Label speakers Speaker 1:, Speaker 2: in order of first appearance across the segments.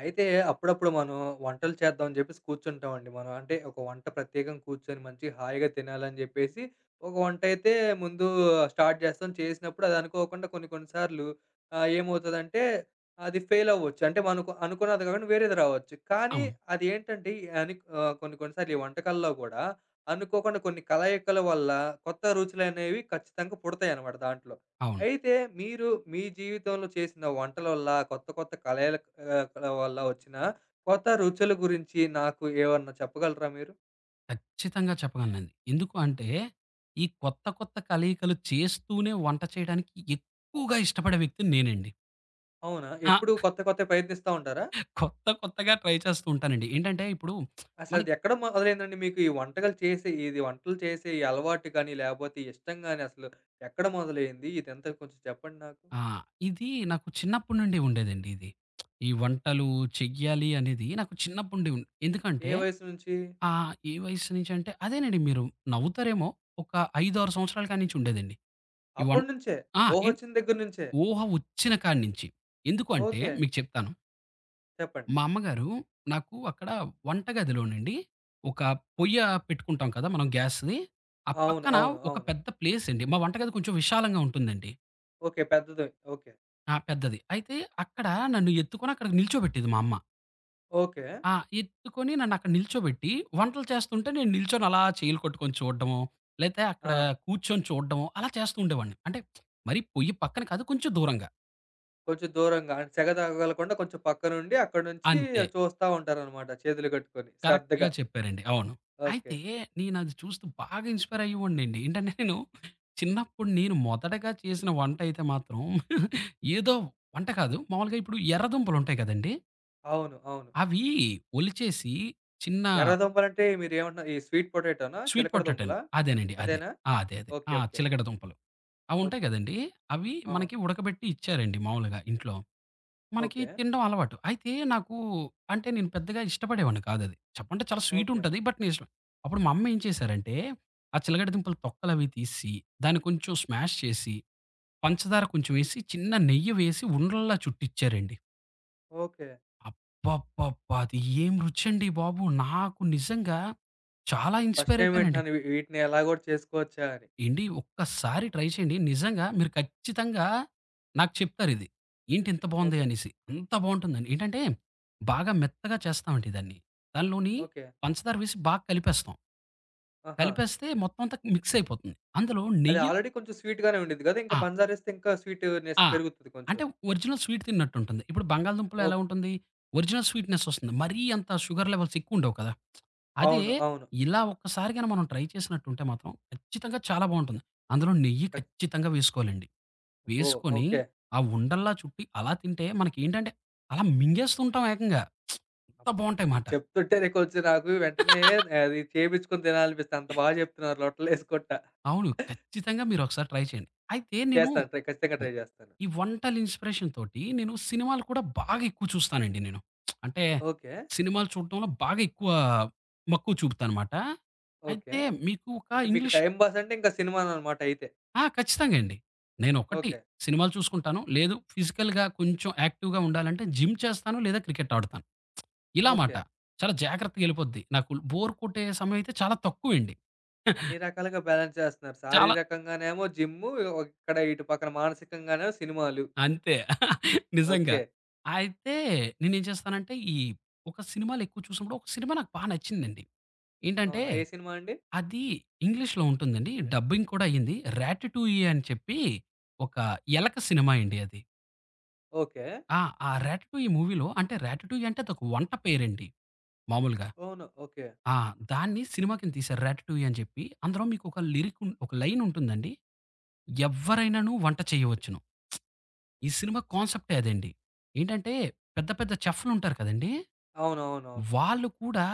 Speaker 1: అయితే అప్పుడప్పుడు మనం వంటలు చేద్దాం అని చెప్పేసి కూర్చుంటామండి మనం. అంటే ఒక వంట ప్రత్యేకంగా కూర్చొని మంచి హాయిగా తినాలని చెప్పేసి ఒక వంట అయితే ముందు స్టార్ట్ చేస్తాం. చేసినప్పుడు అది అనుకోకుండా కొన్ని కొన్ని సార్లు ఏమవుతదంటే అది ఫెయిల్ అవ్వచ్చు. అంటే మనకు అనుకున్నది కాకుండా వేరేది రావచ్చు. కానీ
Speaker 2: అవును.
Speaker 1: అది ఏంటంటే అని కొన్ని కొన్ని సార్లు ఈ వంటకాల్లో కూడా అనుకోకుండా కొన్ని కలయికల వల్ల కొత్త రుచులనేవి ఖచ్చితంగా పుడతాయన్నమాట దాంట్లో.
Speaker 2: అవును.
Speaker 1: అయితే మీరు మీ జీవితంలో చేసిన వంటల వల్ల, కొత్త కొత్త కళల కళ వల్ల వచ్చిన కొత్త రుచుల గురించి నాకు ఏమన్నా చెప్పగలరా మీరు?
Speaker 2: ఖచ్చితంగా చెప్పగలనండి. ఎందుకు అంటే, ఈ కొత్త, కొత్త కలయికలు చేస్తూనే వంట చేయడానికి ఎక్కువగా ఇష్టపడే వ్యక్తి నేనండి.
Speaker 1: అవునా?
Speaker 2: ఆ!
Speaker 1: ఎప్పుడు కొత్త కొత్తవి ప్రయత్నిస్తా ఉంటారా?
Speaker 2: కొత్త, కొత్తగా ట్రై చేస్తూ ఉంటానండి. ఏంటంటే ఇప్పుడు
Speaker 1: అసలది
Speaker 2: మనకి
Speaker 1: ఎక్కడ మొదలైందండి మీకు ఈ వంటకాలు చేసే వంటలు చేసే ఈ అలవాటు గాని, లేపోతే ఈ ఇష్టం గాని అసలు ఎక్కడ మొదలైంది? ఇదంతా కొంచెం చెప్పండి నాకు.
Speaker 2: ఆహ్, ఇది నాకు చిన్నప్పటి నుండి ఉండేదండి ఇది. ఈ వంటలు చెయ్యాలి అనేది నాకు చిన్నప్పటి నుండి ఉం
Speaker 1: ఏ
Speaker 2: ఎందుకంటే
Speaker 1: వయసు నుంచి?
Speaker 2: ఏ వయసు నుంచి అంటే అదేనండి మీరు నవ్వుతారేమో ఒక 5, 6 సంవత్సరాల కాడ్నుంచి ఉండేదండి. ఈ వన్
Speaker 1: అప్పటినుంచే.
Speaker 2: ఆ! ఎన్
Speaker 1: ఊహొచ్చిన దగ్గర నుంచే.
Speaker 2: ఊహ వచ్చిన కాడ్నుంచి. ఎందుకు అంటే
Speaker 1: ఓకే.
Speaker 2: మీకు చెప్తాను.
Speaker 1: చెప్పండి.
Speaker 2: మా అమ్మగారు నాకు అక్కడ వంటగదిలోనండి ఒక పొయ్య పెట్టుకుంటాం కదా మనం గ్యాస్‌ది. ఆ
Speaker 1: అవును,
Speaker 2: పక్కన
Speaker 1: అవును,
Speaker 2: ఒక
Speaker 1: అవును.
Speaker 2: పెద్ద ప్లేస్ అండి. మా వంటగది కొంచెం విశాలంగా ఉంటుందండి.
Speaker 1: ఓకే. పెద్దది. ఓకే,
Speaker 2: ఆ! పెద్దది. అయితే అక్కడ నన్ను ఎత్తుకొని అక్కడ నిల్చోబెట్టేది మా అమ్మ.
Speaker 1: ఓకే.
Speaker 2: ఆ! ఎత్తుకొని నన్ను అక్కడ నిల్చోబెట్టి వంటలు చేస్తుంటే నేను నిల్చొని అలా చేయిలు కొట్టుకొని చూడడమో, లేతే అక్కడ
Speaker 1: ఆ!
Speaker 2: కూర్చొని చూడడమో అలా చేస్తూ ఉండేవాడిని. అంటే మరి పొయ్యి పక్కన కాదు కొంచెం దూరంగా.
Speaker 1: కొంచెం దూరంగా అంటే సెగ తగలకుండా కొంచెం పక్కనుండి అక్కడి నుంచి
Speaker 2: అంతే.
Speaker 1: చూస్తా ఉంటారనమాట చేతులు కట్టుకొని
Speaker 2: కరెక్ట్‌గా
Speaker 1: శ్రద్ధగా.
Speaker 2: చెప్పారండి. అవును.
Speaker 1: ఓకే.
Speaker 2: అయితే నేనది చూస్తూ బాగా ఇన్‌స్పైర్ అయ్యేవాడినండి. ఏంటంటే నేను చిన్నప్పుడు నేను మొదటగా చేసిన వంట అయితే మాత్రం ఏదో వంట కాదు. మామూలుగా ఇప్పుడు ఎర్రదుంపలుంటాయి కదండీ!
Speaker 1: అవును, అవును.
Speaker 2: అవి ఒలిచేసి చిన్న
Speaker 1: ఎర్ర దుంపలంటే మీరేమంటున్నారు? ఈ స్వీట్ పొటాటోనా?
Speaker 2: స్వీట్
Speaker 1: చిలకడ
Speaker 2: పొటాటో అండి.
Speaker 1: దుంపలా?
Speaker 2: అదేనండి. అదే.
Speaker 1: అదేనా?
Speaker 2: ఆ! అదే. అదే.
Speaker 1: ఓకే,
Speaker 2: ఆ!
Speaker 1: ఓకే,
Speaker 2: చిలకడ దుంపలు. అవుంటాయి
Speaker 1: ఓకే.
Speaker 2: కదండీ! అవి
Speaker 1: అవును.
Speaker 2: మనకి ఉడకబెట్టి ఇచ్చారండి మామూలుగా ఇంట్లో. మనకి
Speaker 1: ఓకే,
Speaker 2: తినడం అలవాటు. అయితే నాకు అంటే నేను పెద్దగా ఇష్టపడేవాడిని కాదది. చెప్పంటే చాలా
Speaker 1: ఓకే,
Speaker 2: స్వీటుంటది. బట్ నేను ఇష్టం. అప్పుడు మా అమ్మ ఏం చేశారంటే, ఆ చిలకడ దుంపలు తొక్కలవి తీసి దాన్ని కొంచెం స్మాష్ చేసి పంచదార కొంచెమేసి, చిన్న నెయ్యి వేసి ఉండల్లా చుట్టిచ్చారండి.
Speaker 1: ఓకే.
Speaker 2: అబ్బబ్బబ్బా! అది ఏం రుచండి బాబు! నాకు నిజంగా చాలా
Speaker 1: ఫస్ట్
Speaker 2: ఇన్‌స్పైర్
Speaker 1: టైమ్
Speaker 2: అయిపోయానండి.
Speaker 1: వింటున్నాను వీటిని ఎలా గూడా చేసుకోవచ్చా అని.
Speaker 2: "ఏండి ఒక్కసారి ట్రై చేయండి. నిజంగా మీరు ఖచ్చితంగా నాకు చెప్తారిది. ఏంటి ఇంత బావుంది"
Speaker 1: ఓకే,
Speaker 2: అనేసి. అంత బావుంటుందండి. ఏంటంటే, బాగా మెత్తగా చేస్తామండి దాన్ని. దానిలోని
Speaker 1: ఓకే.
Speaker 2: పంచదార వేసి బాగా కలిపేస్తాం.
Speaker 1: ఆహా!
Speaker 2: కలిపేస్తే మొత్తం అంతా మిక్స్ అయిపోతుంది. అందులో
Speaker 1: అది
Speaker 2: నెయ్యి
Speaker 1: ఆల్రెడీ కొంచెం స్వీట్‌గానే ఉండిద్ది గదా! ఇంకా
Speaker 2: ఆ!
Speaker 1: పంచదారేస్తే ఇంకా స్వీట్‌నెస్
Speaker 2: ఆ!
Speaker 1: పెరుగుతది కొంచెం.
Speaker 2: అంటే ఒరిజినల్ స్వీట్ తిన్నట్టుంటుంది. ఇప్పుడు బంగాళదుంపలో ఎలా
Speaker 1: ఓహ్!
Speaker 2: ఉంటుంది? ఒరిజినల్ స్వీట్‌నెస్ వస్తుంది. మరీ అంత షుగర్ లెవెల్స్ ఎక్కువుండవు కదా! అదే
Speaker 1: అవును, అవును.
Speaker 2: ఇలా ఒక్కసారి గాని మనం ట్రై చేసినట్టుంటే మాత్రం ఖచ్చితంగా చాలా బావుంటుంది. అందులో నెయ్యి
Speaker 1: కచ్
Speaker 2: ఖచ్చితంగా వేసుకోవాలండి.
Speaker 1: అబ్బో!
Speaker 2: వేసుకొని
Speaker 1: ఓకే.
Speaker 2: ఆ ఉండల్లా చుట్టి అలా తింటే మనకేంటంటే అలా మింగేస్తుంటాం ఏకంగా.
Speaker 1: అబ్
Speaker 2: అంత బావుంటాయి మాట.
Speaker 1: చెప్తుంటేనే కొంచెం నాకు వెంటనే అది చేపించుకొని తినాలనిపిస్తుంది. అంత బాగా చెప్తున్నారు లొట్టలేసుకుంటా.
Speaker 2: అవును. ఖచ్చితంగా మీరొకసారి ట్రై చేయండి. అయితే నేను
Speaker 1: చేస్తాను ట్రై, ఖచ్చితంగా
Speaker 2: హ్మ్.
Speaker 1: ట్రై చేస్తాను.
Speaker 2: ఈ వంటల ఇన్‌స్పిరేషన్ తోటి నేను సినిమాలు కూడా బాగా ఎక్కువ చూస్తానండి నేను. అంటే
Speaker 1: ఓకే,
Speaker 2: సినిమాలు చూడటంలో బాగా ఎక్కువ మక్కువ చూపుతానమాట.
Speaker 1: ఓకే.
Speaker 2: అయితే మీకు ఒక
Speaker 1: అంటే మీకు
Speaker 2: ఇంగ్లీష్
Speaker 1: టైమ్ పాస్ అంటే ఇంకా సినిమాలనమాట అయితే.
Speaker 2: ఆ! ఖచ్చితంగా అండి. నేను ఒకటి
Speaker 1: ఓకే,
Speaker 2: సినిమాలు చూసుకుంటాను. లేదు ఫిజికల్‌గా కొంచెం యాక్టివ్‌గా ఉండాలంటే జిమ్ చేస్తాను లేదా క్రికెట్ ఆడుతాను. ఇలా మాట.
Speaker 1: ఓకే.
Speaker 2: చాలా జాగ్రత్తగా ఎళ్ళిపోద్ది. నాకు బోర్ కొట్టే సమయం అయితే చాలా తక్కువండి.
Speaker 1: అన్ని రకాలుగా బ్యాలెన్స్ చేస్తున్నారు.
Speaker 2: చాలా
Speaker 1: శారీరకంగానేమో జిమ్ము, ఇక్కడ ఇటు పక్కన మానసికంగానేమో సినిమాలు.
Speaker 2: అంతే. నిజంగా.
Speaker 1: ఓకే.
Speaker 2: అయితే నేనేం చేస్తానంటే, ఈ ఒక సినిమాలెక్కువ చూసినప్పుడు, ఒక సినిమా నాకు బా నచ్చిందండి. ఏంటంటే,
Speaker 1: అవునా? ఏ సినిమా అండి?
Speaker 2: అది ఇంగ్లీష్‌లో ఉంటుందండి. డబ్బింగ్ కూడా అయింది. 'రాటటూయి' అని చెప్పి ఒక ఎలక సినిమా అండి అది.
Speaker 1: ఓకే.
Speaker 2: ఆ! ఆ 'రాటటూయి' మూవీలో అంటే 'రాటటూయి' అంటే అదొక వంట పేరండి మామూలుగా.
Speaker 1: అవును. ఓకే.
Speaker 2: ఆ! దాన్ని సినిమా కింద తీశారు 'రాటటూయి' అని చెప్పి. అందులో మీకొక లిరిక్ ఉన్ ఒక లైనుంటుందండి. "ఎవ్వరైనను వంట చేయవచ్చును." ఈ సినిమా కాన్సెప్టే అదండి. ఏంటంటే పెద్ద పెద్ద చెఫ్‌లుంటారు కదండీ!
Speaker 1: అవునవునవును.
Speaker 2: వాళ్ళు కూడా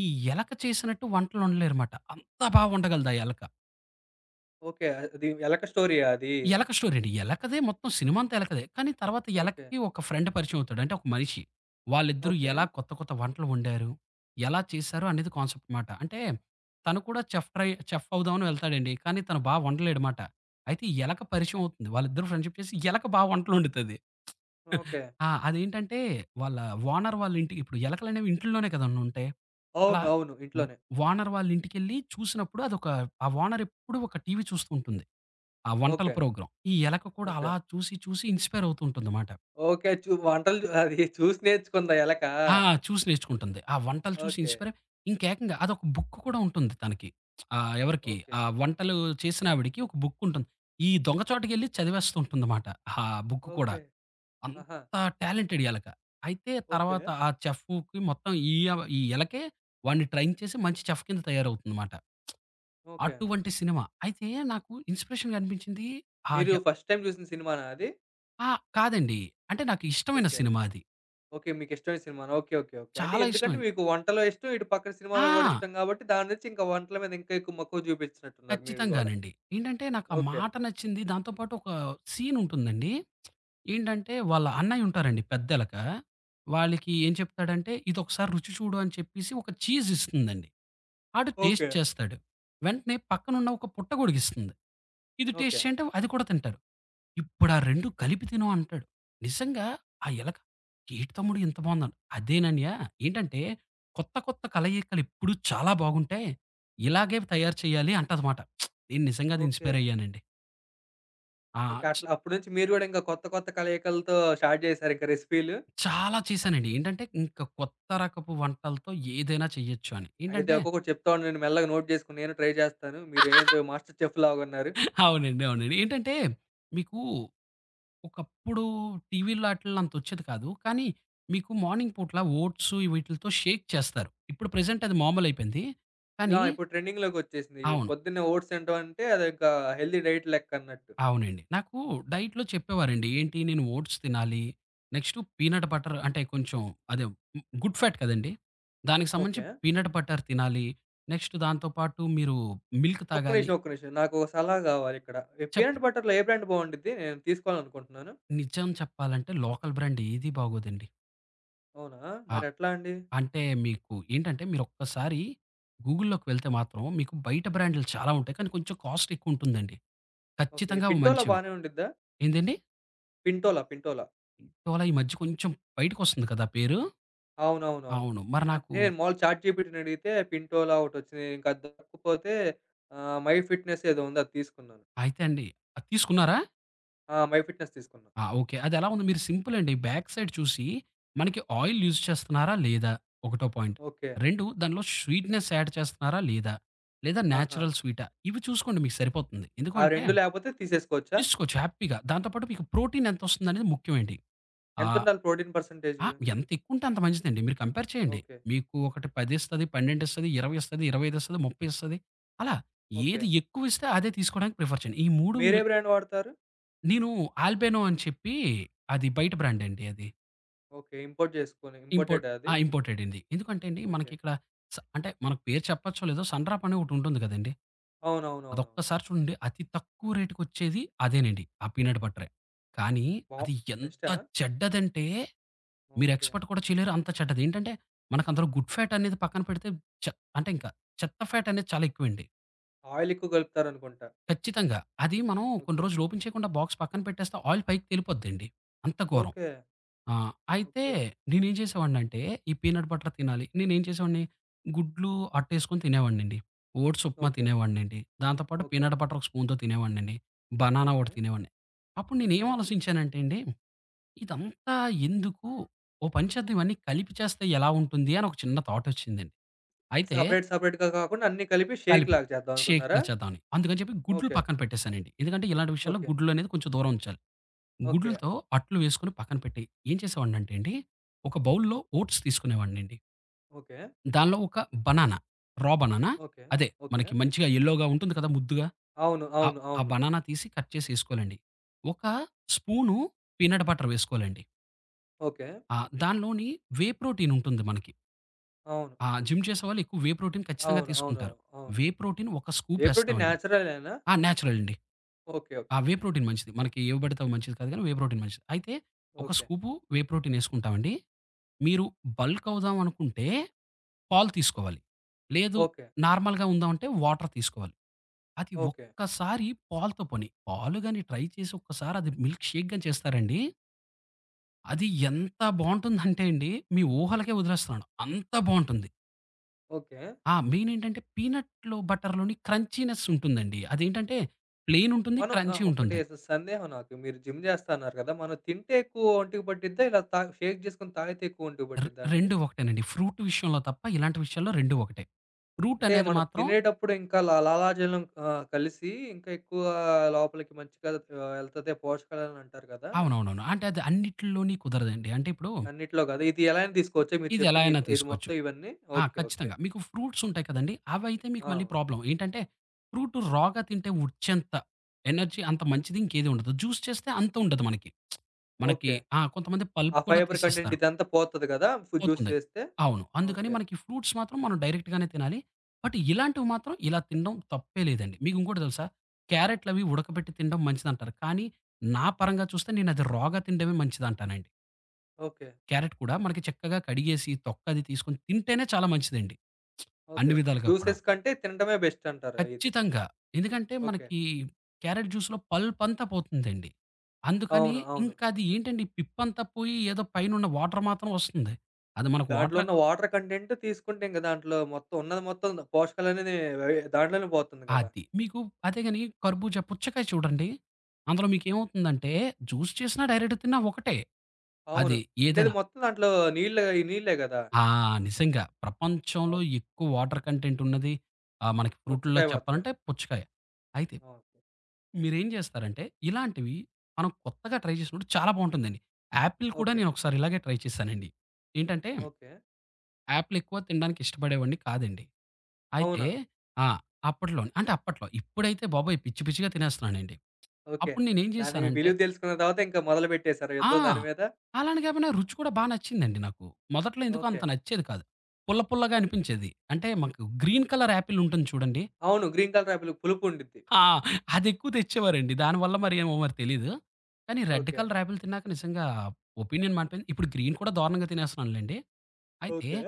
Speaker 2: ఈ ఎలక చేసినట్టు వంటలొండలేరుమాట. అంత బా వండగలదా ఎలక.
Speaker 1: ఓకే. అది ఎలక స్టోరీయా అది?
Speaker 2: ఈ ఎలక స్టోరీ అండి. ఎలకదే మొత్తం సినిమా అంతా ఎలకదే. కానీ తర్వాత
Speaker 1: ఓకే,
Speaker 2: ఎలకకి ఒక ఫ్రెండ్ పరిచయం అవుతాడు. అంటే ఒక మనిషి. వాళ్ళిద్దరూ
Speaker 1: ఓకే,
Speaker 2: ఎలా కొత్త కొత్త వంటలు వండారు? ఎలా చేశారు? అనేది కాన్సెప్ట్ మాట. అంటే తను కూడా చెఫ్ ట్రై చెఫ్ అవుదామని వెళ్తాడండి. కానీ తను బా వండలేడుమాట. అయితే ఈ ఎలక పరిచయం అవుతుంది. వాళ్ళిద్దరూ ఫ్రెండ్‌షిప్ చేసి ఎలక బా వంటలొండుతది.
Speaker 1: ఓకే.
Speaker 2: ఆ! అదేంటంటే వాళ్ళ ఓనర్ వాళ్ళ ఇంటికి ఇప్పుడు ఎలకలనేవి ఇంట్లోనే కదండీ ఉంటాయి. అలా
Speaker 1: అవునవును.
Speaker 2: ఓ
Speaker 1: ఇంట్లోనే.
Speaker 2: ఓనర్ వాళ్ళ ఇంటికెళ్ళి చూసినప్పుడు అదొక ఆ ఓనర్ ఎప్పుడు ఒక టీవీ చూస్తూ ఉంటుంది. ఆ వంటల
Speaker 1: ఓకే,
Speaker 2: ప్రోగ్రామ్. ఈ ఎలక కూడా
Speaker 1: ఓకే,
Speaker 2: అలా చూసి చూసి ఇన్‌స్పైర్ అవుతూ ఉంటుందమాట.
Speaker 1: ఓకే. చు వంటలు జు అది చూసి నేర్చుకుందా ఎలకా?
Speaker 2: ఆ! చూసి నేర్చుకుంటుంది. ఆ వంటలు చూసి
Speaker 1: ఓకే,
Speaker 2: ఇన్‌స్పైర్ అయి ఇంకేకంగా అదొక బుక్ కూడా ఉంటుంది తనకి. ఎవరికి
Speaker 1: ఓకే.
Speaker 2: ఆ వంటలు
Speaker 1: వ
Speaker 2: చేసినావిడకి ఒక బుక్ ఉంటుంది. ఈ దొంగ చాటుకెళ్ళి చదివేస్తూ ఉంటుందమాట. ఆ బుక్ కూడా.
Speaker 1: ఓకే. ఆహా!
Speaker 2: అంత టాలెంటెడ్ ఎలక. అయితే
Speaker 1: ఓకే,
Speaker 2: తర్వాత ఆ చెఫ్‌కి మొత్తం ఈ యవ్ ఈ ఎలకే వాడిని ట్రైన్ చేసి మంచి చెఫ్ కింద తయారవుతుందన్నమాట.
Speaker 1: ఓకే.
Speaker 2: అటువంటి సినిమా. అయితే నాకు ఇన్‌స్పిరేషన్‌గా అనిపించింది ఆ!
Speaker 1: మీరు
Speaker 2: య
Speaker 1: ఫస్ట్ టైమ్ చూసిన సినిమానా అది?
Speaker 2: ఆ! కాదండి. అంటే నాకు ఇష్టమైన
Speaker 1: ఓకే,
Speaker 2: సినిమా అది.
Speaker 1: ఓకే. మీకిష్టమైన సినిమానా? Okay, okay, okay. అంటే
Speaker 2: చాలా
Speaker 1: ఎందుకంటే
Speaker 2: ఇష్టమైంది.
Speaker 1: మీకు వంటలో ఇష్టం, ఇటు పక్కన సినిమాలు గూడా
Speaker 2: ఆ!
Speaker 1: ఇష్టం గాబట్టి దాని నుంచి ఇంకా వంటల మీద ఇంకా ఎక్కువ మక్కువ చూపిచ్చినట్టున్నారు మీరు గూడా.
Speaker 2: ఖచ్చితంగానండి. ఏంటంటే నాకు ఆ
Speaker 1: ఓకే,
Speaker 2: మాట నచ్చింది. దాంతో పాటు ఒక సీన్ ఉంటుందండి. ఏంటంటే వాళ్ళ అన్నయ్య ఉంటారండి పెద్దెలక. వాళ్ళకి ఏం చెప్తాడంటే, "ఇదొకసారి రుచి చూడు" అని చెప్పేసి ఒక చీజ్ ఇస్తుందండి. ఆడు టేస్ట్
Speaker 1: ఓకే,
Speaker 2: చేస్తాడు. వెంటనే పక్కనున్న ఒక పుట్టగొడుగిస్తుంది. "ఇది టేస్ట్
Speaker 1: ఓకే,
Speaker 2: చేయి" అంటే అది కూడా తింటారు. "ఇప్పుడు ఆ 2 కలిపి తిను" అంటాడు. నిజంగా ఆ ఎలక, "ఏటి తమ్ముడు ఇంత బావుందన్" అదేనన్నయ్య ఏంటంటే కొత్త కొత్త కలయికలు ఎప్పుడు చాలా బాగుంటాయి. ఇలాగే తయారు చేయాలి అంటదమాట. నేను నిజంగా అది
Speaker 1: ఓకే,
Speaker 2: ఇన్‌స్పైర్ అయ్యానండి.
Speaker 1: ఓకే.
Speaker 2: ఆ! చ
Speaker 1: అట్లా అప్పటి నుంచి మీరు గూడా ఇంకా కొత్త కొత్త కలయికలతో స్టార్ట్ జేసారింక రెసిపీలు?
Speaker 2: చాలా చేశానండి. ఏంటంటే ఇంక కొత్త రకపు వంటలతో ఏదైనా చెయ్యొచ్చు అని.
Speaker 1: అయితే
Speaker 2: ఏంటంటే
Speaker 1: ఒక్కొక్కటి చెప్తా ఉండండి. నేను మెల్లగా నోట్ జేసుకొని నేను ట్రై జేస్తాను. మీరేదో మాస్టర్ చెఫ్ లాగున్నారు.
Speaker 2: అవునండి. అవునండి. ఏంటంటే మీకు ఒకప్పుడు టీవీ‌ల్లో ఆటిల్లో అంత వచ్చేది కాదు. కానీ మీకు మార్నింగ్ పూట్ల ఓట్స్ వీటిలతో షేక్ చేస్తారు. ఇప్పుడు ప్రెజెంట్ అది మామూలయిపోయింది.
Speaker 1: ఆ!
Speaker 2: కానీ
Speaker 1: ఇప్పుడు ట్రెండింగ్‌లోకొచ్చేసింది.
Speaker 2: అవును.
Speaker 1: పొద్దున్నే ఓట్స్ తినటం అంటే అదింకా హెల్తీ డైట్ లెక్కన్నట్టు.
Speaker 2: అవునండి. నాకు డైట్‌లో చెప్పేవారండి. ఏంటి నేను ఓట్స్ తినాలి. నెక్స్టు పీనట్ బటర్ అంటే కొంచెం అదే గుడ్ ఫ్యాట్ కదండీ! దానికి సంబంధించి
Speaker 1: ఓకే.
Speaker 2: పీనట్ బటర్ తినాలి. నెక్స్ట్ దాంతో పాటు మీరు మిల్క్
Speaker 1: ఒక్క
Speaker 2: తాగాలి.
Speaker 1: నిమిషం, ఒక్క నిమిషం. నాకు ఒక సలహా గావాలిక్కడ. ఈ
Speaker 2: చెప్
Speaker 1: పీనట్ బటర్‌లో ఏ బ్రాండ్ బావుండిద్ది? నేను తీసుకోవాలనుకుంటున్నాను.
Speaker 2: నిజం చెప్పాలంటే లోకల్ బ్రాండ్ ఏది బాగోదండి.
Speaker 1: అవునా?
Speaker 2: ఆ!
Speaker 1: మరెట్లా అండి?
Speaker 2: అంటే మీకు ఏంటంటే మీరొక్కసారి గూగుల్‌లోకి వెళ్తే మాత్రం మీకు బయట బ్రాండ్‌లు చాలా ఉంటాయి. కానీ కొంచెం కాస్ట్ ఎక్కువుంటుందండి.
Speaker 1: ఓకే.
Speaker 2: ఖచ్చితంగా అవి
Speaker 1: పింటోలా
Speaker 2: మంచివి.
Speaker 1: బానే ఉండిద్దా?
Speaker 2: ఏందండి?
Speaker 1: పింటోలా, పింటోలా.
Speaker 2: ఇటీవల ఈ మధ్య కొంచెం బయటకొస్తుంది కదా పేరు.
Speaker 1: అవునవునవును.
Speaker 2: అవును. మరి నాకు
Speaker 1: అంటే మాములు చాట్ జీపీటీనడిగితే పింటోలా ఒకటొచ్చింది. ఇంకా అది దొరక్కపోతే మై ఫిట్‌నెస్ ఏదో ఉంది అది తీసుకున్నాను.
Speaker 2: అయితే అండి అది తీసుకున్నారా?
Speaker 1: ఆ! మై ఫిట్‌నెస్ తీసుకున్నా.
Speaker 2: ఆ! ఓకే. అదెలా ఉంది? మీరు సింపుల్ అండి. బ్యాక్ సైడ్ చూసి మనకి ఆయిల్ యూజ్ చేస్తున్నారా? లేదా? ఒకటో పాయింట్.
Speaker 1: ఓకే.
Speaker 2: 2 దానిలో స్వీట్‌నెస్ యాడ్ చేస్తున్నారా? లేదా? లేదా
Speaker 1: ఆహా!
Speaker 2: నేచురల్ స్వీటా? ఇవి చూసుకోండి మీకు సరిపోతుంది.
Speaker 1: ఆ
Speaker 2: ఎందుకంటే
Speaker 1: 2 లేకపోతే తీసేసుకోవచ్చా?
Speaker 2: తీసుకోవచ్చు హ్యాపీగా. దాంతో పాటు మీకు ప్రోటీన్ ఎంతొస్తుందనేది ముఖ్యమండి. ఆహ్,
Speaker 1: ఎంతుండాలి ప్రోటీన్ పర్సెంటేజ్?
Speaker 2: ఆ! ఎంత ఎక్కువుంటే అంత మంచిదండి. మీరు కంపేర్ చేయండి.
Speaker 1: ఓకే,
Speaker 2: మీకు ఒకటి 10 ఇస్తది, 12 ఇస్తది, 20 ఇస్తది, 25 ఇస్తది, 30 ఇస్తది. అలా
Speaker 1: ఓకే.
Speaker 2: ఏది ఎక్కువిస్తే అదే తీసుకోవడానికి ప్రిఫర్ చేయండి. ఈ 3
Speaker 1: మీరే
Speaker 2: మీరు
Speaker 1: బ్రాండ్ వాడతారు?
Speaker 2: నేను 'ఆల్బెనో' అని చెప్పి అది బయట బ్రాండ్ అండి అది.
Speaker 1: ఓకే. ఇంపోర్ట్ చేసుకొని
Speaker 2: ఇంపోర్ట్
Speaker 1: ఇంపోర్టెడా
Speaker 2: ఆ!
Speaker 1: అది?
Speaker 2: ఇంపోర్టెడ్ అండి. ఎందుకంటే అండి
Speaker 1: ఓకే.
Speaker 2: మనకిక్కడ స అంటే మనకు పేరు చెప్పచ్చో లేదో సన్‌డ్రాప్ అని ఒకటి ఉంటుంది కదండీ.
Speaker 1: అవునవునవునవును.
Speaker 2: అదొక్కసారి చూడండి అతి తక్కువ రేట్‌కొచ్చేది అదేనండి. ఆ పీనట్ బటరే. కానీ
Speaker 1: వావ్!
Speaker 2: అది ఎంత
Speaker 1: బెస్టా?
Speaker 2: చెడ్డదంటే మీరు
Speaker 1: ఓకే.
Speaker 2: ఎక్స్‌పెక్ట్ కూడా చేయలేరు అంత చెడ్డది. ఏంటంటే మనకు అందులో గుడ్ ఫ్యాట్ అనేది పక్కన పెడితే చె అంటే ఇంకా చెత్త ఫ్యాట్ అనేది చాలా ఎక్కువండి.
Speaker 1: ఆయిల్ ఎక్కువ కలుపుతారనుకుంటా.
Speaker 2: ఖచ్చితంగా. అది మనం కొన్ని
Speaker 1: ఓకే,
Speaker 2: రోజులు ఓపెన్ చేయకుండా బాక్స్ పక్కన పెట్టేస్తే ఆయిల్ పైకి తేలిపోద్దండి. అంత ఘోరం.
Speaker 1: ఓకే,
Speaker 2: ఆ! అయితే
Speaker 1: ఓకే,
Speaker 2: నేనేం చేసేవాడినంటే, ఈ పీనట్ బటర్ తినాలి. నేనేం చేసేవాడిని, గుడ్లు అట్టేసుకొని తినేవాడినండి. ఓట్స్ ఉప్మా
Speaker 1: ఓకే,
Speaker 2: తినేవాడినండి. దాంతో పాటు
Speaker 1: ఓకే,
Speaker 2: పీనట్ బటర్ ఒక స్పూన్‌తో తినేవాడినండి. బనానా
Speaker 1: ఓకే,
Speaker 2: ఒకటి తినేవాడిని. అప్పుడు నేనేం
Speaker 1: ఓకే.
Speaker 2: ఆలోచించానంటే అండి, ఇదంతా ఎందుకు? ఓ పని చేద్దాం ఇవన్నీ కలిపి చేస్తే ఎలా ఉంటుంది అని ఒక చిన్న థాటొచ్చిందండి. అయితే
Speaker 1: సెపరేట్ సెపరేట్‌గా కాకుండా అన్నీ కలిపి షేక్
Speaker 2: కలిపి
Speaker 1: లాగా చేద్దామనుకున్నారా?
Speaker 2: షేక్‌లా చేద్దామని. అందుకని చెప్పి గుడ్లు
Speaker 1: ఓకే,
Speaker 2: పక్కన పెట్టేసానండి. ఎందుకంటే ఇలాంటి విషయాల్లో
Speaker 1: ఓకే,
Speaker 2: గుడ్లనేది కొంచెం దూరం ఉంచాలి.
Speaker 1: ఓకే,
Speaker 2: గుడ్లుతో అట్లు వేసుకొని పక్కన పెట్టి ఏం చేసేవాడినంటే అండి, ఒక బౌల్‌లో ఓట్స్ తీసుకునేవాడినండి.
Speaker 1: ఓకే,
Speaker 2: దానిలో ఒక బనానా, రా బనానా
Speaker 1: ఓకే,
Speaker 2: అదే
Speaker 1: ఓకే.
Speaker 2: మనకి మంచిగా యెల్లోగా ఉంటుంది కదా! ముద్దుగా.
Speaker 1: అవును,
Speaker 2: ఆ
Speaker 1: అవును,
Speaker 2: ఆ
Speaker 1: అవును.
Speaker 2: బనానా తీసి కట్ చేసి ఏసుకోవాలండి. ఒక స్పూను పీనట్ బటర్ వేసుకోవాలండి.
Speaker 1: ఓకే.
Speaker 2: దానిలోని వే ప్రోటీన్ ఉంటుంది మనకి.
Speaker 1: అవును,
Speaker 2: ఆ జిమ్ చేసేవాళ్ళు ఎక్కువ వే ప్రోటీన్ ఖచ్చితంగా
Speaker 1: అవును, అవును,
Speaker 2: తీసుకుంటారు.
Speaker 1: అవును.
Speaker 2: వే ప్రోటీన్ ఒక స్కూప్
Speaker 1: వే ప్రోటీన్
Speaker 2: ఏస్తామండి.
Speaker 1: నేచురలేనా?
Speaker 2: ఆ! నేచురల్ అండి.
Speaker 1: ఓకే,
Speaker 2: ఆ
Speaker 1: ఓకే,
Speaker 2: వే ప్రోటీన్ మంచిది. మనకి ఏవి పడితే అవి మంచిది కాదు కానీ వే ప్రోటీన్ మంచిది. అయితే ఒక
Speaker 1: ఓకే,
Speaker 2: స్కూపు వే ప్రోటీన్ ఏసుకుంటామండి. మీరు బల్క్ అవుదాం అనుకుంటే పాలు తీసుకోవాలి. లేదు
Speaker 1: ఓకే,
Speaker 2: నార్మల్‌గా ఉందామంటే వాటర్ తీసుకోవాలి. అది
Speaker 1: ఓకే,
Speaker 2: ఒక్కసారి పాలుతో పని. పాలు గాని ట్రై చేసి ఒక్కసారి అది మిల్క్ షేక్ గాని చేస్తారండి. అది ఎంత బావుంటుందంటే అండి మీ ఊహలకే వదిలేస్తున్నాను. అంత బావుంటుంది.
Speaker 1: ఓకే.
Speaker 2: ఆ! మెయిన్ ఏంటంటే పీనట్‌లో బటర్‌లోని క్రంచీనెస్ ఉంటుందండి. అదేంటంటే ప్లెయిన్ ఉంటుంది.
Speaker 1: మనం
Speaker 2: క్రంచీ
Speaker 1: ఒకటి
Speaker 2: ఉంటుంది.
Speaker 1: సందేహం నాకు. మీరు జిమ్ చేస్తా అన్నారు కదా! మనం తింటే ఎక్కువ ఒంటికి పట్టిద్దా? ఇలా షేక్ చేసుకొని తాగితే ఎక్కువ ఒంటికి
Speaker 2: రె
Speaker 1: పట్టిద్దా అండి?
Speaker 2: 2 ఒకటేనండి. ఫ్రూట్ విషయంలో తప్ప ఇలాంటి విషయాల్లో 2 ఒకటే. ఫ్రూట్
Speaker 1: అంటే
Speaker 2: అనేది
Speaker 1: మనం
Speaker 2: మాత్రం
Speaker 1: తినేటప్పుడు ఇంకా లాలాజలం కలిసి ఇంకా ఎక్కువ లోపలికి మంచిగా ఎళ్తది పోషకాలని అంటారు కదా!
Speaker 2: అవునవునవును. అంటే అది అన్నిటిలోని కుదరదండి. అంటే ఇప్పుడు
Speaker 1: అన్నిట్లో కదా! ఇది ఎలా అయినా తీసుకోవచ్చా? మీరు
Speaker 2: ఇది ఎలా
Speaker 1: చెప్పిన ఇ
Speaker 2: అయినా
Speaker 1: ఇది
Speaker 2: తీసుకోవచ్చు.
Speaker 1: మొత్తం ఇవన్నీ?
Speaker 2: ఆ!
Speaker 1: Okay, okay.
Speaker 2: ఖచ్చితంగా. మీకు ఫ్రూట్స్ ఉంటాయి కదండీ! అవైతే మీకు
Speaker 1: ఆ!
Speaker 2: మళ్ళీ ప్రాబ్లమ్. ఏంటంటే ఫ్రూట్ రా‌గా తింటే వచ్చేంత ఎనర్జీ అంత మంచిది ఇంకేది ఉండదు. జ్యూస్ చేస్తే అంత ఉండదు మనకి. మనకి
Speaker 1: ఓకే.
Speaker 2: ఆ! కొంతమంది పల్ప్
Speaker 1: ఆ
Speaker 2: కూడా
Speaker 1: ఫైబర్ కంటెంట్
Speaker 2: తీసేస్తారు.
Speaker 1: ఇదంతా పోతది కదా! జ్యూస్
Speaker 2: పోతుంది.
Speaker 1: చేస్తే?
Speaker 2: అవును. అందుకని
Speaker 1: ఓకే,
Speaker 2: మనకి ఫ్రూట్స్ మాత్రం మనం డైరెక్ట్‌గానే తినాలి. బట్ ఇలాంటివి మాత్రం ఇలా తినడం తప్పే లేదండి. మీకు ఇంకోటి తెలుసా? క్యారెట్‌లవి ఉడకబెట్టి తినడం మంచిదంటారు. కానీ నా పరంగా చూస్తే నేనది రా‌గా తినడమే మంచిదంటానండి.
Speaker 1: ఓకే,
Speaker 2: క్యారెట్ కూడా మనకి చక్కగా కడిగేసి తొక్కది తీసుకొని తింటేనే చాలా మంచిదండి. అన్ని
Speaker 1: ఓకే.
Speaker 2: విధాలుగా కూడా.
Speaker 1: జ్యూసెస్ కంటే తినడమే బెస్టంటారు ఇది.
Speaker 2: ఖచ్చితంగా. ఎందుకంటే
Speaker 1: ఓకే.
Speaker 2: మనకి క్యారెట్ జ్యూస్‌లో పల్పంతా పోతుందండి. అందుకని
Speaker 1: అవును, అవును.
Speaker 2: ఇంకది ఏంటండి పిప్పంతా పోయి ఏదో పైనున్న వాటర్ మాత్రం వస్తుంది. అది మనకు
Speaker 1: దాంట్లో
Speaker 2: వాటర్
Speaker 1: ఉన్న వాటర్ కంటెంట్ తీసుకుంటే ఇంక దాంట్లో మొత్తం ఉన్నది మొత్తం పోషకాలనేది వే దాంట్లోనే పోతుంది గదా!
Speaker 2: అది. మీకు అదే గాని కర్బూజా, పుచ్చకాయ చూడండి. అందులో మీకేమవుతుందంటే జ్యూస్ చేసినా, డైరెక్ట్ తిన్నా ఒకటే.
Speaker 1: అవును.
Speaker 2: అది
Speaker 1: ఉండేది
Speaker 2: ఏదైనా.
Speaker 1: మొత్తం దాంట్లో నీళ్ళు ఈ నీళ్ళే గదా!
Speaker 2: ఆ! నిజంగా. ప్రపంచంలో
Speaker 1: అవును.
Speaker 2: ఎక్కువ వాటర్ కంటెంట్ ఉన్నది మనకి ఫ్రూట్‌ల్లో
Speaker 1: పుచ్చకాయ మాత్రమే.
Speaker 2: చెప్పాలంటే పుచ్చకాయ. అయితే
Speaker 1: ఓకే,
Speaker 2: మీరేం చేస్తారంటే, ఇలాంటివి మనం కొత్తగా ట్రై చేసినప్పుడు చాలా బావుంటుందండి. యాపిల్ కూడా
Speaker 1: ఓకే,
Speaker 2: నేనొకసారి ఇలాగే ట్రై చేశానండి. ఏంటంటే,
Speaker 1: ఓకే.
Speaker 2: యాపిల్ ఎక్కువ తినడానికి ఇష్టపడేవాడిని కాదండి. అయితే
Speaker 1: అవునా?
Speaker 2: ఆ! అప్పట్లోనే. అంటే అప్పట్లో. ఇప్పుడైతే బాబోయ్! పిచ్చి పిచ్చిగా తినేస్తున్నానండి.
Speaker 1: ఓకే.
Speaker 2: అప్పుడు నేనేం
Speaker 1: దాని
Speaker 2: చేశానంటే
Speaker 1: విలువ తెలుసుకున్న తర్వాత ఇంకా మొదలుపెట్టేసారా
Speaker 2: ఆ!
Speaker 1: యుద్ధం దాని మీద?
Speaker 2: అలాని కాపోయినా రుచి కూడా బా నచ్చిందండి నాకు. మొదట్లో ఎందుకో
Speaker 1: ఓకే.
Speaker 2: అంత నచ్చేది కాదు. పుల్ల పుల్లగా అనిపించేది. అంటే, మాకు గ్రీన్ కలర్ యాపిల్ ఉంటుంది చూడండి?
Speaker 1: అవును. గ్రీన్ కలర్ ఆపిల్ పులుపు ఉండిద్ది.
Speaker 2: ఆ! అదెక్కువ తెచ్చేవారండి. దానివల్ల మరి ఏమో మరి తెలీదు. కానీ రెడ్
Speaker 1: ఓకే,
Speaker 2: కలర్ యాపిల్ తిన్నాక నిజంగా ఒపీనియన్ మారిపోయింది. ఇప్పుడు గ్రీన్ కూడా దారుణంగా తినేస్తున్నానులెండి. అయితే
Speaker 1: ఓకే.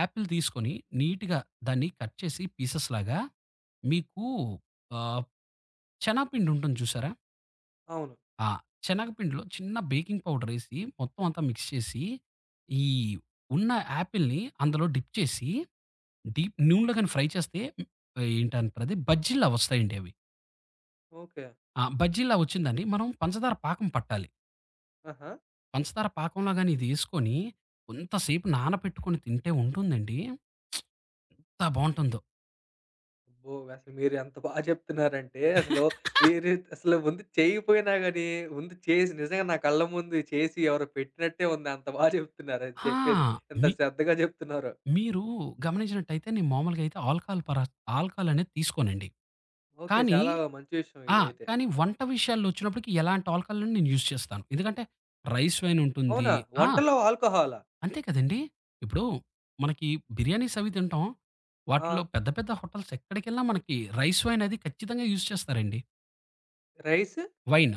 Speaker 2: యాపిల్ తీసుకొని నీట్‌గా దాన్ని కట్ చేసి పీసెస్‌లాగా మీకు ఆహ్, శనగపిండి ఉంటుంది చూసారా?
Speaker 1: అవును.
Speaker 2: ఆ! శనగపిండిలో చిన్న బేకింగ్ పౌడర్ ఏసి మొత్తం అంతా మిక్స్ చేసి, ఈ ఉన్న యాపిల్‌ని అందులో డిప్ చేసి, డీప్ నూనెలో గాని ఫ్రై చేస్తే ఏంటంటారది బజ్జీల్లా వస్తాయండి అవి.
Speaker 1: ఓకే.
Speaker 2: ఆ! బజ్జీలా వచ్చిందండి. మనం పంచదార పాకం పట్టాలి.
Speaker 1: ఆహా!
Speaker 2: పంచదార పాకంలో గాని ఇదేసుకొని, కొంతసేపు నానపెట్టుకొని తింటే ఉంటుందండి. ఎంత బావుంటుందో.
Speaker 1: అబ్బో! అసలు మీరు ఎంత బా చెప్తున్నారంటే అసలు మీరు అసలు ముందు చేయకపోయినా గాని, ముందు చేసి నిజంగా నా కళ్ళ ముందు చేసి ఎవరో పెట్టినట్టే ఉంది. అంత బా చెప్తున్నారు అది చెప్పేది.
Speaker 2: ఆ!
Speaker 1: ఎంత
Speaker 2: మీ
Speaker 1: శ్రద్ధగా చెప్తున్నారో.
Speaker 2: మీరు గమనించినట్టయితే నేను మామూలుగా అయితే ఆల్కహాల్ పరాస్ ఆల్కహాల్ అనేది తీసుకోనండి.
Speaker 1: ఓకే.
Speaker 2: కానీ
Speaker 1: చాలా మంచి విషయం
Speaker 2: ఆ!
Speaker 1: ఇదైతే.
Speaker 2: కానీ వంట విషయాల్లో వచ్చినప్పటికి ఎలాంటి ఆల్కహాల్‌ని నేను యూజ్ చేస్తాను. ఎందుకంటే రైస్ వైన్ ఉంటుంది.
Speaker 1: అవునా?
Speaker 2: ఆ!
Speaker 1: వంటలో ఆల్కహాలా?
Speaker 2: అంతే కదండీ! ఇప్పుడు మనకి బిర్యానీస్ అవి తింటాం.
Speaker 1: ఆ!
Speaker 2: వాటిల్లో పెద్ద పెద్ద హోటల్స్ ఎక్కడికెళ్ళినా మనకి రైస్ వైన్ అది ఖచ్చితంగా యూజ్ చేస్తారండి.
Speaker 1: Rice?
Speaker 2: Wine,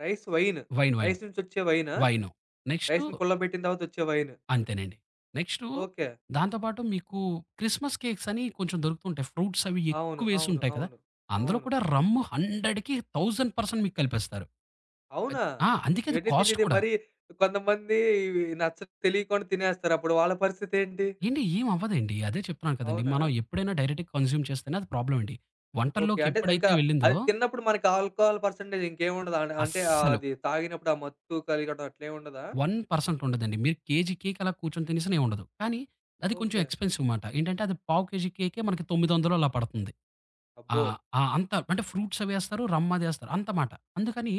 Speaker 1: rice wine.
Speaker 2: Wine, wine,
Speaker 1: rice నుంచి వచ్చే వైనా?
Speaker 2: వైను. నెక్స్టు
Speaker 1: రైస్‌ని కుళ్ళబెట్టిన తర్వాత వచ్చే వైన్.
Speaker 2: అంతేనండి. Next
Speaker 1: okay.
Speaker 2: దాంతో పాటు మీకు క్రిస్మస్ కేక్స్ అని కొంచెం దొరుకుతుంటాయి. ఫ్రూట్స్ అవి
Speaker 1: అవును,
Speaker 2: ఎక్కువేసి
Speaker 1: అవును,
Speaker 2: ఉంటాయి కదా!
Speaker 1: అవును,
Speaker 2: అందులో
Speaker 1: అవును.
Speaker 2: కూడా రమ్ము 100కి 1000% మీకు కలిపేస్తారు. కచ్
Speaker 1: అవునా?
Speaker 2: ఆ! అందుకే అది
Speaker 1: ఇవన్నీ
Speaker 2: కాస్ట్
Speaker 1: తెలీదే.
Speaker 2: కూడా.
Speaker 1: మరి కొంతమంది ఇవి నచ్చక తెలియకుండా తినేస్తారు. అప్పుడు వాళ్ళ పరిస్థితేంటి?
Speaker 2: ఏండి ఏం అవ్వదండి. అదే చెప్తున్నాను కదండీ!
Speaker 1: అవునా?
Speaker 2: మనం ఎప్పుడైనా డైరెక్ట్‌గా కన్జ్యూమ్ చేస్తేనే అది ప్రాబ్లమ్ అండి.
Speaker 1: ఓకే.
Speaker 2: వంటల్లోకి
Speaker 1: అంటే ఇంకా
Speaker 2: ఎప్పుడైతే వెళ్ళిందో
Speaker 1: అది తిన్నప్పుడు మనకి ఆల్కహాల్ పర్సెంటేజ్ ఇంకేముండదా? అంటే
Speaker 2: అస్సలు
Speaker 1: అది తాగినప్పుడు ఆ మత్తు కలగడం అట్లేముండదా?
Speaker 2: 1% ఉండదండి. మీరు కేజీ కేక్ అలా కూర్చొని తినేసినా ఏముండదు. కానీ అది కొంచెం
Speaker 1: ఓకే.
Speaker 2: ఎక్స్‌పెన్సివ్ మాట. ఏంటంటే అది పావు కేజీ కేకే మనకి 900 అలా పడుతుంది. ఆ!
Speaker 1: అబ్బో!
Speaker 2: ఆ! అంత అంటే ఫ్రూట్స్ అవేస్తారు, రమ్మదేస్తారు అంతమాట. అందుకని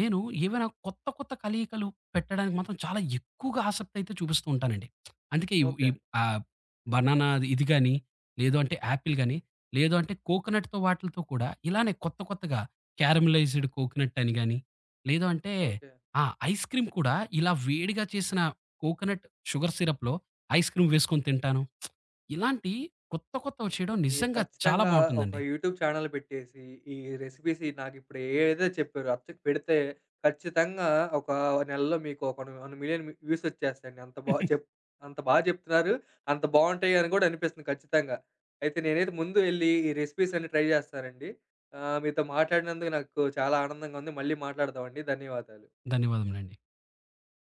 Speaker 2: నేను ఏవైనా కొత్త, కొత్త కలయికలు పెట్టడానికి మాత్రం చాలా ఎక్కువగా ఆసక్తయితే చూపిస్తూ ఉంటానండి. అందుకే ఇవ్ ఈ
Speaker 1: ఓకే,
Speaker 2: ఆహ్, బనానా అది- ఇది గాని, లేదు అంటే యాపిల్ గాని, లేదు అంటే కోకోనట్‌తో వాటిలతో కూడా ఇలానే కొత్త, కొత్తగా క్యారమిలైజ్డ్ కోకోనట్ అని గాని, లేదు అంటే
Speaker 1: ఓకే.
Speaker 2: ఆ! ఐస్ క్రీమ్ కూడా ఇలా వేడిగా చేసిన కోకోనట్ షుగర్ సిరప్‌లో ఐస్ క్రీమ్ వేసుకొని తింటాను. ఇలాంటి కొత్త, కొత్తవి చేయడం
Speaker 1: మీరు
Speaker 2: నిజంగా చాలా
Speaker 1: ఖచ్చితంగా ఒక
Speaker 2: బావుంటుందండి.
Speaker 1: యూట్యూబ్ ఛానల్ పెట్టేసి, ఈ రెసిపీస్ నాకిప్పుడు ఏదైతే చెప్పారో అచ్చకి పెడితే ఖచ్చితంగా ఒక నెలలో మీకు ఒక 1,000,000 వ్యూస్ వచ్చేస్తాయండి. అంత బా చెప్తున్నారు. అంత బావుంటాయి అని కూడా అనిపిస్తుంది ఖచ్చితంగా. అయితే నేనైతే ముందు ఎళ్లి ఈ రెసిపీస్ అన్నీ ట్రై చేస్తానండి. మీతో మాట్లాడినందుకు నాకు చాలా ఆనందంగా ఉంది. మళ్ళీ మాట్లాడదామండి. ధన్యవాదాలు.
Speaker 2: ధన్యవాదములండి.